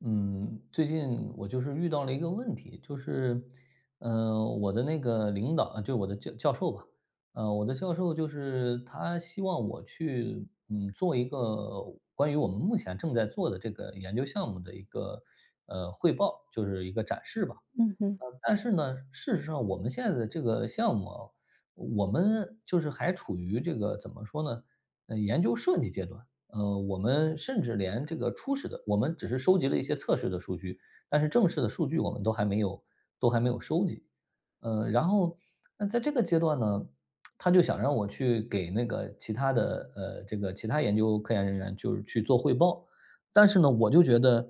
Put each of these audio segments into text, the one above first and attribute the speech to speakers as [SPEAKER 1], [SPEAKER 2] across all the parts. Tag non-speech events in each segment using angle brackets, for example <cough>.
[SPEAKER 1] 嗯，最近我遇到了一个问题，我的那个领导，我的教授吧，我的教授就是他希望我去，做一个关于我们目前正在做的这个研究项目的汇报，就是一个展示吧。
[SPEAKER 2] 嗯哼，
[SPEAKER 1] 但是呢，事实上我们现在的这个项目啊我们就是还处于这个怎么说呢，研究设计阶段。我们甚至连这个初始的，我们只是收集了一些测试的数据，但是正式的数据我们都还没有收集。呃，然后那在这个阶段呢，他就想让我去给那个其他的呃，这个其他研究科研人员就是去做汇报。但是呢，我就觉得，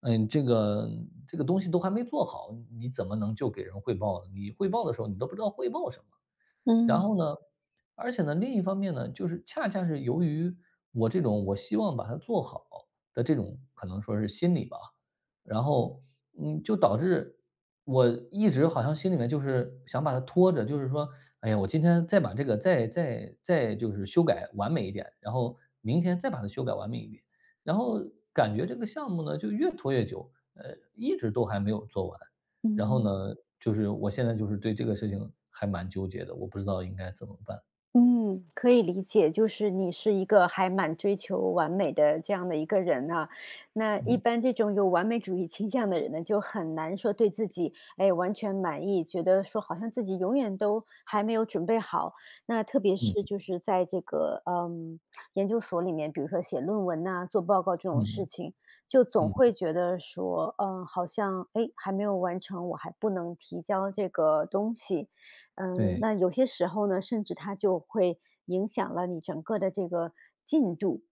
[SPEAKER 1] 嗯，这个这个东西都还没做好，你怎么能就给人汇报呢？你汇报的时候，你都不知道汇报什么。然
[SPEAKER 2] 嗯，
[SPEAKER 1] 后呢，而且呢，另一方面呢，就是恰恰是由于我这种我希望把它做好的这种可能说是心理吧，然后就导致我一直好像心里面就是想把它拖着，就是说，哎呀，我今天再把这个再再再就是修改完美一点，然后明天再把它修改完美一点，然后感觉这个项目呢就越拖越久，一直都还没有做完。然后呢，
[SPEAKER 2] 嗯，
[SPEAKER 1] 我现在就是对这个事情还蛮纠结的，我不知道应该怎么办。
[SPEAKER 2] 嗯，可以理解，就是你是一个还蛮追求完美的这样的一个人啊。那一
[SPEAKER 1] 嗯，
[SPEAKER 2] 般这种有完美主义倾向的人呢，就很难说对自己，哎，完全满意，觉得说好像自己永远都还没有准备好。那特别是
[SPEAKER 1] 嗯，
[SPEAKER 2] 就是在这个研究所里面，比如说写论文呐、做报告这种事
[SPEAKER 1] 嗯，
[SPEAKER 2] 情，就总
[SPEAKER 1] 嗯，
[SPEAKER 2] 会
[SPEAKER 1] 嗯。
[SPEAKER 2] 觉得说，好像哎还没有完成，我还不能提交这个东西。嗯，
[SPEAKER 1] 对，
[SPEAKER 2] 那有些时候呢，甚至它就会影响了你整个的这个进度。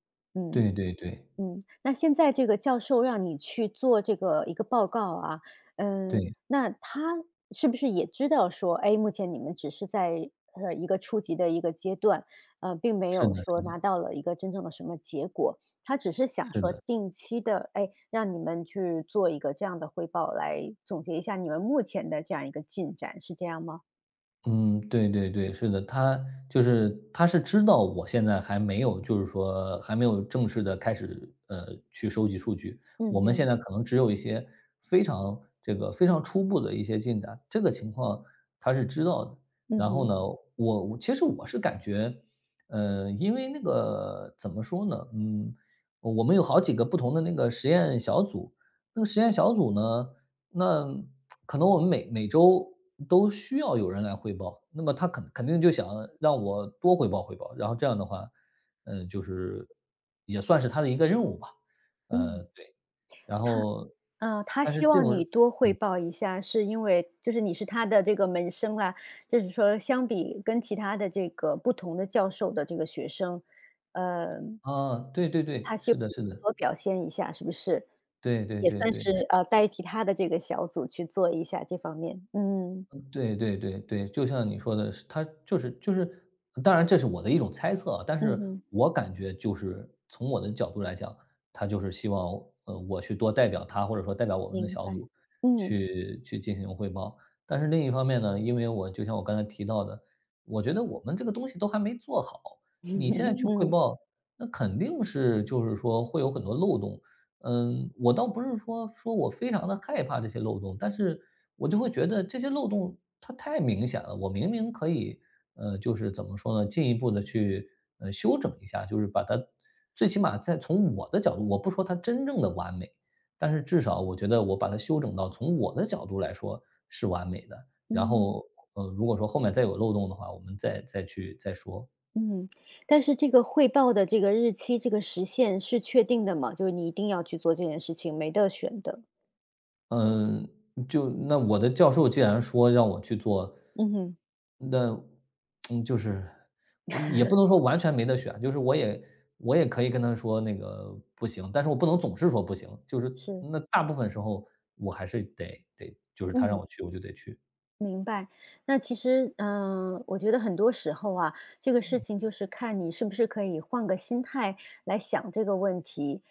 [SPEAKER 1] 对
[SPEAKER 2] 嗯
[SPEAKER 1] 对对，
[SPEAKER 2] 嗯，那现在这个教授让你去做这个一个报告啊，嗯，
[SPEAKER 1] 对，
[SPEAKER 2] 那他是不是也知道说，哎，目前你们只是在一个初级的一个阶段，并没
[SPEAKER 1] 是
[SPEAKER 2] 有
[SPEAKER 1] 的
[SPEAKER 2] 说
[SPEAKER 1] 是
[SPEAKER 2] 拿
[SPEAKER 1] 的，
[SPEAKER 2] 到了一个真正的什么结果，他只是想
[SPEAKER 1] 是
[SPEAKER 2] 说
[SPEAKER 1] 的。
[SPEAKER 2] 定期的，哎，让你们去做一个这样的汇报，来总结一下你们目前的这样一个进展，是这样吗？
[SPEAKER 1] 嗯，对对对，是的，他是知道我现在还没有，就是说还没有正式的开始，去收集数据。
[SPEAKER 2] 嗯
[SPEAKER 1] 我们现
[SPEAKER 2] 嗯。
[SPEAKER 1] 在可能只有一些非常初步的一些进展，这个情况他是知道的。
[SPEAKER 2] 嗯
[SPEAKER 1] 然后
[SPEAKER 2] 哼，
[SPEAKER 1] 呢，我其实我是感觉，因为那个怎么说呢，我们有好几个不同的那个实验小组，那个实验小组呢，那可能我们每周都需要有人来汇报，那么他肯定就想让我多汇报，然后这样的话，就是也算是他的一个任务吧，
[SPEAKER 2] 嗯。
[SPEAKER 1] 对。然后
[SPEAKER 2] 啊，他
[SPEAKER 1] 但是
[SPEAKER 2] 希
[SPEAKER 1] 这
[SPEAKER 2] 望
[SPEAKER 1] 种，
[SPEAKER 2] 你多汇
[SPEAKER 1] 嗯
[SPEAKER 2] 报一下，是因为就是你是他的这个门生啦，就是说相比跟其他的这个不同的教授的这个学生，呃
[SPEAKER 1] 啊，对对对，
[SPEAKER 2] 他希
[SPEAKER 1] 是
[SPEAKER 2] 望
[SPEAKER 1] 的，
[SPEAKER 2] 你
[SPEAKER 1] 是的，
[SPEAKER 2] 多表现一下，是不是？
[SPEAKER 1] 对对
[SPEAKER 2] 也
[SPEAKER 1] 对
[SPEAKER 2] 算
[SPEAKER 1] 对。
[SPEAKER 2] 是，代替他的这个小组去做一下这方面，嗯，
[SPEAKER 1] 对对对对，就像你说的是，他就是就是当然这是我的一种猜测啊，但
[SPEAKER 2] 嗯
[SPEAKER 1] 是
[SPEAKER 2] 哼，
[SPEAKER 1] 我感觉就是从我的角度来讲，他就是希望，我去多代表他，或者说代表我们的
[SPEAKER 2] 明
[SPEAKER 1] 小
[SPEAKER 2] 白，
[SPEAKER 1] 组
[SPEAKER 2] 嗯
[SPEAKER 1] 去进行汇报。但是另一方面呢，因为我就像我刚才提到的，我觉得我们这个东西都还没做好，
[SPEAKER 2] <laughs>，
[SPEAKER 1] 你现在去汇
[SPEAKER 2] 嗯，
[SPEAKER 1] 报，那肯定是就是说会有很多漏洞。嗯，我倒不是说我非常的害怕这些漏洞，但是我就会觉得这些漏洞它太明显了，我明明可以，就是怎么说呢，进一步的去，修整一下，就是把它最起码在从我的角度，我不说它真正的完美，但是至少我觉得我把它修整到从我的角度来说是完美的，然
[SPEAKER 2] 嗯。
[SPEAKER 1] 后，如果说后面再有漏洞的话，我们再去再说。
[SPEAKER 2] 嗯，但是这个汇报的这个日期、这个时限是确定的吗？就是你一定要去做这件事情，没得选的。
[SPEAKER 1] 嗯，就那我的教授既然说让我去做，
[SPEAKER 2] 嗯哼，
[SPEAKER 1] 那就是我也不能说完全没得选，就是我也可以跟他说那个不行，但是我不能总是说不行，就是
[SPEAKER 2] 是，
[SPEAKER 1] 那大部分时候我还是得就是他让
[SPEAKER 2] 嗯。
[SPEAKER 1] 我去，我就得去。
[SPEAKER 2] 明白，那其实，我觉得很多时候啊，这个事情就是看你是不是可以换个心态来想这个问题。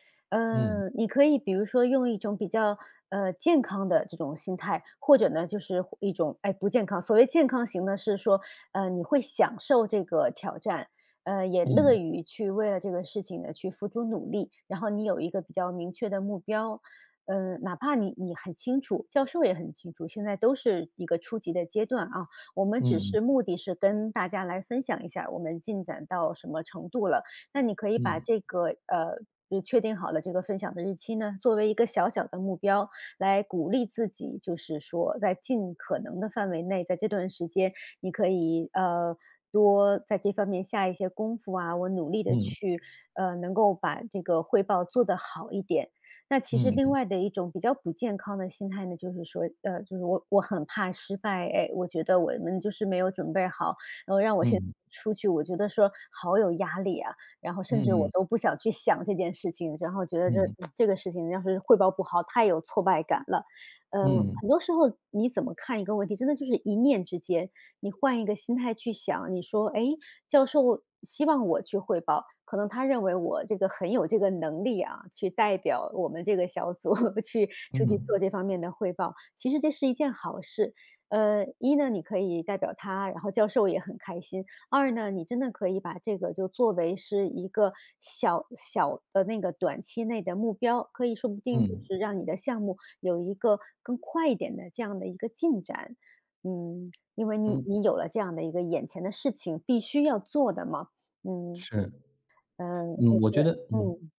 [SPEAKER 1] 嗯，
[SPEAKER 2] 你可以比如说用一种比较健康的这种心态，或者呢就是一种哎不健康。所谓健康型呢，是说你会享受这个挑战，也乐
[SPEAKER 1] 嗯，
[SPEAKER 2] 于去为了这个事情呢去付出努力，然后你有一个比较明确的目标，哪怕你很清楚，教授也很清楚，现在都是一个初级的阶段啊，我们只是
[SPEAKER 1] 嗯，
[SPEAKER 2] 目的是跟大家来分享一下我们进展到什么程度了。那你可以把
[SPEAKER 1] 嗯，
[SPEAKER 2] 这个就确定好了这个分享的日期呢，作为一个小小的目标，来鼓励自己，就是说在尽可能的范围内，在这段时间，你可以多在这方面下一些功夫啊，我努力的
[SPEAKER 1] 嗯，
[SPEAKER 2] 去能够把这个汇报做得好一点，那其实
[SPEAKER 1] 嗯，
[SPEAKER 2] 另
[SPEAKER 1] 嗯，
[SPEAKER 2] 外的一种比较不健康的心态呢，就是说，就是我很怕失败，哎，我觉得我们就是没有准备好，然后让我现在
[SPEAKER 1] 嗯
[SPEAKER 2] 出去，我觉得说好有压力啊，然后甚
[SPEAKER 1] 嗯
[SPEAKER 2] 至我
[SPEAKER 1] 嗯
[SPEAKER 2] 都不想去想这件事情，然后觉得这个事情要是汇报不好，太有挫败感了。嗯，
[SPEAKER 1] 嗯
[SPEAKER 2] 很多时候你怎么看一个问题，真的就是一念之间，你换一个心态去想，你说，哎，教授希望我去汇报，可能他认为我这个很有这个能力啊，去代表我们这个小组 <laughs> 去出去做
[SPEAKER 1] 嗯
[SPEAKER 2] 这方面的汇报。其实这是一件好事。一呢，你可以代表他，然后教授也很开心；二呢，你真的可以把这个就作为是一个小小的那个短期内的目标，可以说不定就
[SPEAKER 1] 嗯
[SPEAKER 2] 是让你的项目有一个更快一点的这样的一个进展。嗯，因为你
[SPEAKER 1] 嗯，
[SPEAKER 2] 你有了这样的一个眼前的事情必须要做的嘛。嗯，
[SPEAKER 1] 是。
[SPEAKER 2] 嗯，
[SPEAKER 1] 嗯，
[SPEAKER 2] 嗯
[SPEAKER 1] 我觉得嗯。
[SPEAKER 2] 嗯，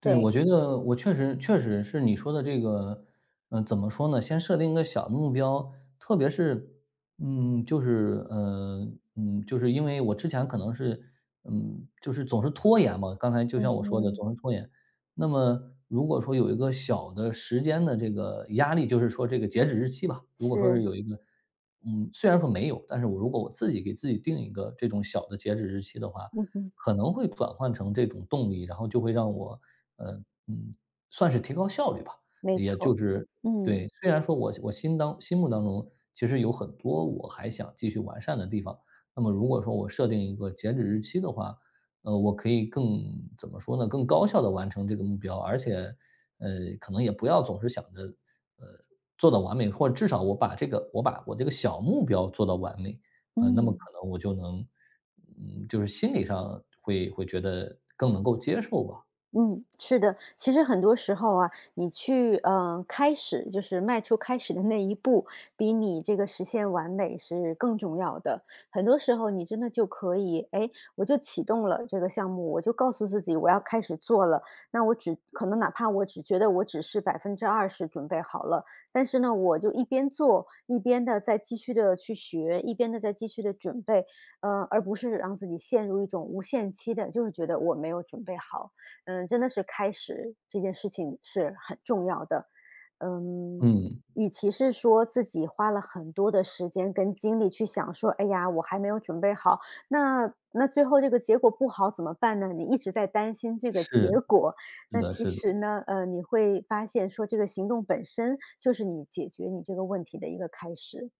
[SPEAKER 1] 对，
[SPEAKER 2] 对，
[SPEAKER 1] 我觉得我确实是你说的这个，怎么说呢？先设定一个小的目标，特别是，嗯，就是，呃，就是因为我之前可能是，就是总是拖延嘛，刚才就
[SPEAKER 2] 嗯
[SPEAKER 1] 像我说的，
[SPEAKER 2] 哼，
[SPEAKER 1] 总是拖延。那么如果说有一个小的时间的这个压力，就是说这个截止日期吧，如果说是
[SPEAKER 2] 是，
[SPEAKER 1] 有一个，虽然说没有，但是我如果我自己给自己定一个这种小的截止日期的话，
[SPEAKER 2] 嗯哼，
[SPEAKER 1] 可能会转换成这种动力，然后就会让我，呃，嗯，算是提高效率吧。
[SPEAKER 2] 没
[SPEAKER 1] 也就
[SPEAKER 2] 错，
[SPEAKER 1] 是
[SPEAKER 2] 嗯，
[SPEAKER 1] 对，虽然说我心目当中其实有很多我还想继续完善的地方，那么如果说我设定一个截止日期的话，我可以更怎么说呢？更高效的完成这个目标，而且，呃，可能也不要总是想着，呃，做到完美，或者至少我把我这个小目标做到完美，那么
[SPEAKER 2] 嗯。
[SPEAKER 1] 可能我就能，就是心理上会觉得更能够接受吧。
[SPEAKER 2] 嗯，是的，其实很多时候啊，你去开始，就是迈出开始的那一步，比你这个实现完美是更重要的。很多时候，你真的就可以，哎，我就启动了这个项目，我就告诉自己我要开始做了。那我只可能哪怕我只觉得我只是20%准备好了，但是呢，我就一边做一边的在继续的去学，一边的在继续的准备，而不是让自己陷入一种无限期的，就是觉得我没有准备好。嗯，真的是开始这件事情是很重要的。嗯，
[SPEAKER 1] 嗯，
[SPEAKER 2] 与其是说自己花了很多的时间跟精力去想说，哎呀，我还没有准备好，那最后这个结果不好怎么办呢？你一直在担心这个结
[SPEAKER 1] 是，
[SPEAKER 2] 果，
[SPEAKER 1] 是
[SPEAKER 2] 那
[SPEAKER 1] 的，
[SPEAKER 2] 其
[SPEAKER 1] 是的。
[SPEAKER 2] 实呢，你会发现说这个行动本身就是你解决你这个问题的一个开始。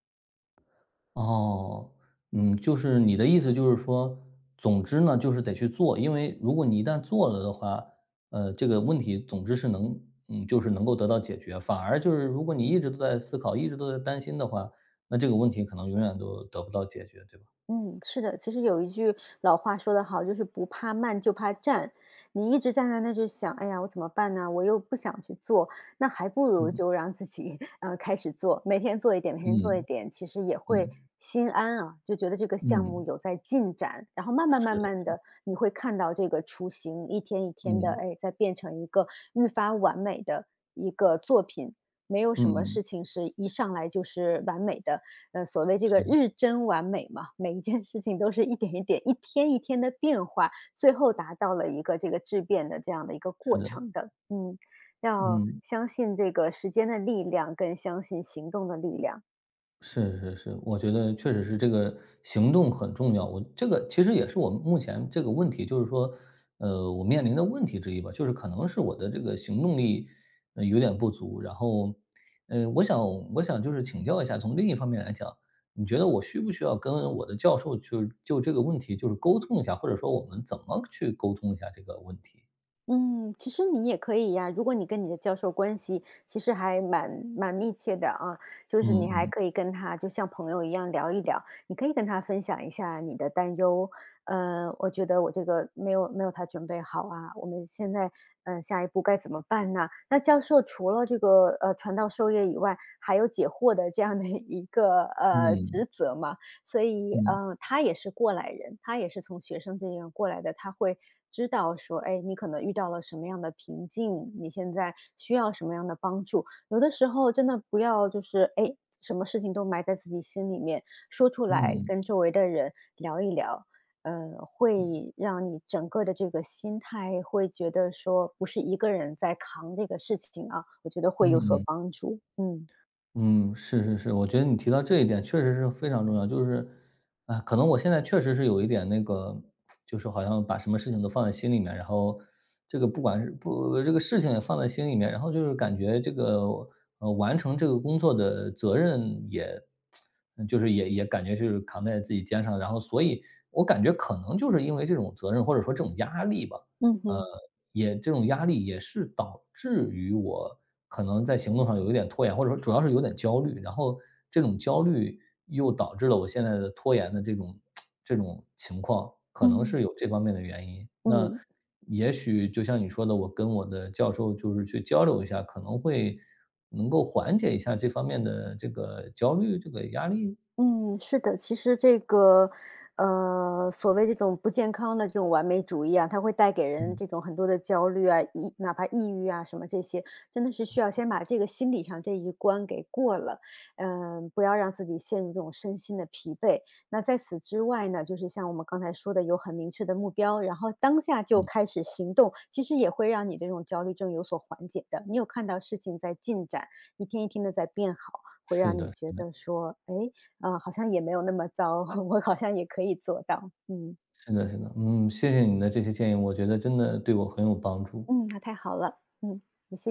[SPEAKER 1] 哦。嗯，就是你的意思就是说，总之呢，就是得去做，因为如果你一旦做了的话，这个问题总之是能，就是能够得到解决。反而就是如果你一直都在思考，一直都在担心的话，那这个问题可能永远都得不到解决，对吧？
[SPEAKER 2] 嗯，是的，其实有一句老话说得好，就是不怕慢，就怕站。你一直站在那就想，哎呀，我怎么办呢？我又不想去做，那还不如就让自己开始做，每天做一点，每天做一
[SPEAKER 1] 嗯，
[SPEAKER 2] 点，其实也会
[SPEAKER 1] 嗯，
[SPEAKER 2] 心安啊，就觉得这个项目
[SPEAKER 1] 嗯，
[SPEAKER 2] 有在进展，然后慢慢
[SPEAKER 1] 是
[SPEAKER 2] 慢慢
[SPEAKER 1] 的，
[SPEAKER 2] 的，你会看到这个雏形一天一天的，
[SPEAKER 1] 嗯，
[SPEAKER 2] 哎，在变成一个愈发完美的一个作品。没有什么
[SPEAKER 1] 嗯，
[SPEAKER 2] 事情是一上来就是完美的，所谓这个日臻完美嘛，每一件事情都是一点一点、一天一天的变化，最后达到了一个这个质变的这样的一个
[SPEAKER 1] 是
[SPEAKER 2] 过
[SPEAKER 1] 的，
[SPEAKER 2] 程的。嗯，要
[SPEAKER 1] 嗯。
[SPEAKER 2] 相信这个时间的力量，更相信行动的力量。
[SPEAKER 1] 是是是，我觉得确实是这个行动很重要。我这个其实也是我目前这个问题，就是说，我面临的问题之一吧，就是可能是我的这个行动力，有点不足。然后，呃，我想我想就是请教一下，从另一方面来讲，你觉得我需不需要跟我的教授就这个问题就是沟通一下，或者说我们怎么去沟通一下这个问题？
[SPEAKER 2] 嗯，其实你也可以呀，如果你跟你的教授关系其实还蛮密切的啊，就是
[SPEAKER 1] 嗯，
[SPEAKER 2] 你还
[SPEAKER 1] 嗯，
[SPEAKER 2] 可以跟他就像朋友一样聊一聊，你可以跟他分享一下你的担忧，我觉得我这个没有他准备好啊，我们现在下一步该怎么办呢？那教授除了这个传道授业以外，还有解惑的这样的一个
[SPEAKER 1] 嗯，
[SPEAKER 2] 职责吗？所以，
[SPEAKER 1] 嗯，嗯，嗯，
[SPEAKER 2] 他也是过来人，他也是从学生这样过来的，他会知道说，哎，你可能遇到了什么样的瓶颈，你现在需要什么样的帮助。有的时候真的不要就是，哎，什么事情都埋在自己心里面，说出来
[SPEAKER 1] 嗯，
[SPEAKER 2] 跟周围的人聊一聊，会让你整个的这个心态会觉得说不是一个人在扛这个事情啊，我觉得会有
[SPEAKER 1] 嗯，
[SPEAKER 2] 所
[SPEAKER 1] 嗯，
[SPEAKER 2] 帮助。嗯。
[SPEAKER 1] 嗯。是是是，我觉得你提到这一点确实是非常重要。就是，啊，可能我现在确实是有一点那个，就是好像把什么事情都放在心里面，然后这个不管是不这个事情也放在心里面，然后就是感觉这个完成这个工作的责任也，就是也感觉就是扛在自己肩上，然后所以我感觉可能就是因为这种责任或者说这种压力吧，
[SPEAKER 2] 嗯
[SPEAKER 1] 呃，
[SPEAKER 2] 哼，
[SPEAKER 1] 也这种压力也是导致于我可能在行动上有一点拖延，或者说主要是有点焦虑，然后这种焦虑又导致了我现在的拖延的这种 <tsk> 这种情况，可能
[SPEAKER 2] 嗯。
[SPEAKER 1] 是有这方面的原因。那
[SPEAKER 2] 嗯嗯。
[SPEAKER 1] 也许就像你说的，我跟我的教授就是去交流一下，可能会能够缓解一下这方面的这个焦虑、这个压力。
[SPEAKER 2] 嗯，是的，其实这个，所谓这种不健康的这种完美主义啊，它会带给人
[SPEAKER 1] 嗯，
[SPEAKER 2] 这种很多的焦虑啊，哪怕抑郁啊什么这些，真的是需要先把这个心理上这一关给过了，不要让自己陷入这种身心的疲惫。那在此之外呢，就是像我们刚才说的，有很明确的目标，然后当下就
[SPEAKER 1] 嗯，
[SPEAKER 2] 开始行动，其实也会让你这种焦虑症有所缓解的。你有看到事情在进展，一天一天的在变好，会
[SPEAKER 1] 是
[SPEAKER 2] 让你
[SPEAKER 1] 的，
[SPEAKER 2] 觉
[SPEAKER 1] 是的，
[SPEAKER 2] 得说，哎。啊，好像也没有那么糟，<laughs> 我好像也可以做到。嗯，
[SPEAKER 1] 是的，是的。嗯，谢谢你的这些建议，我觉得真的对我很有帮助。
[SPEAKER 2] 嗯，那太好了，嗯，也谢谢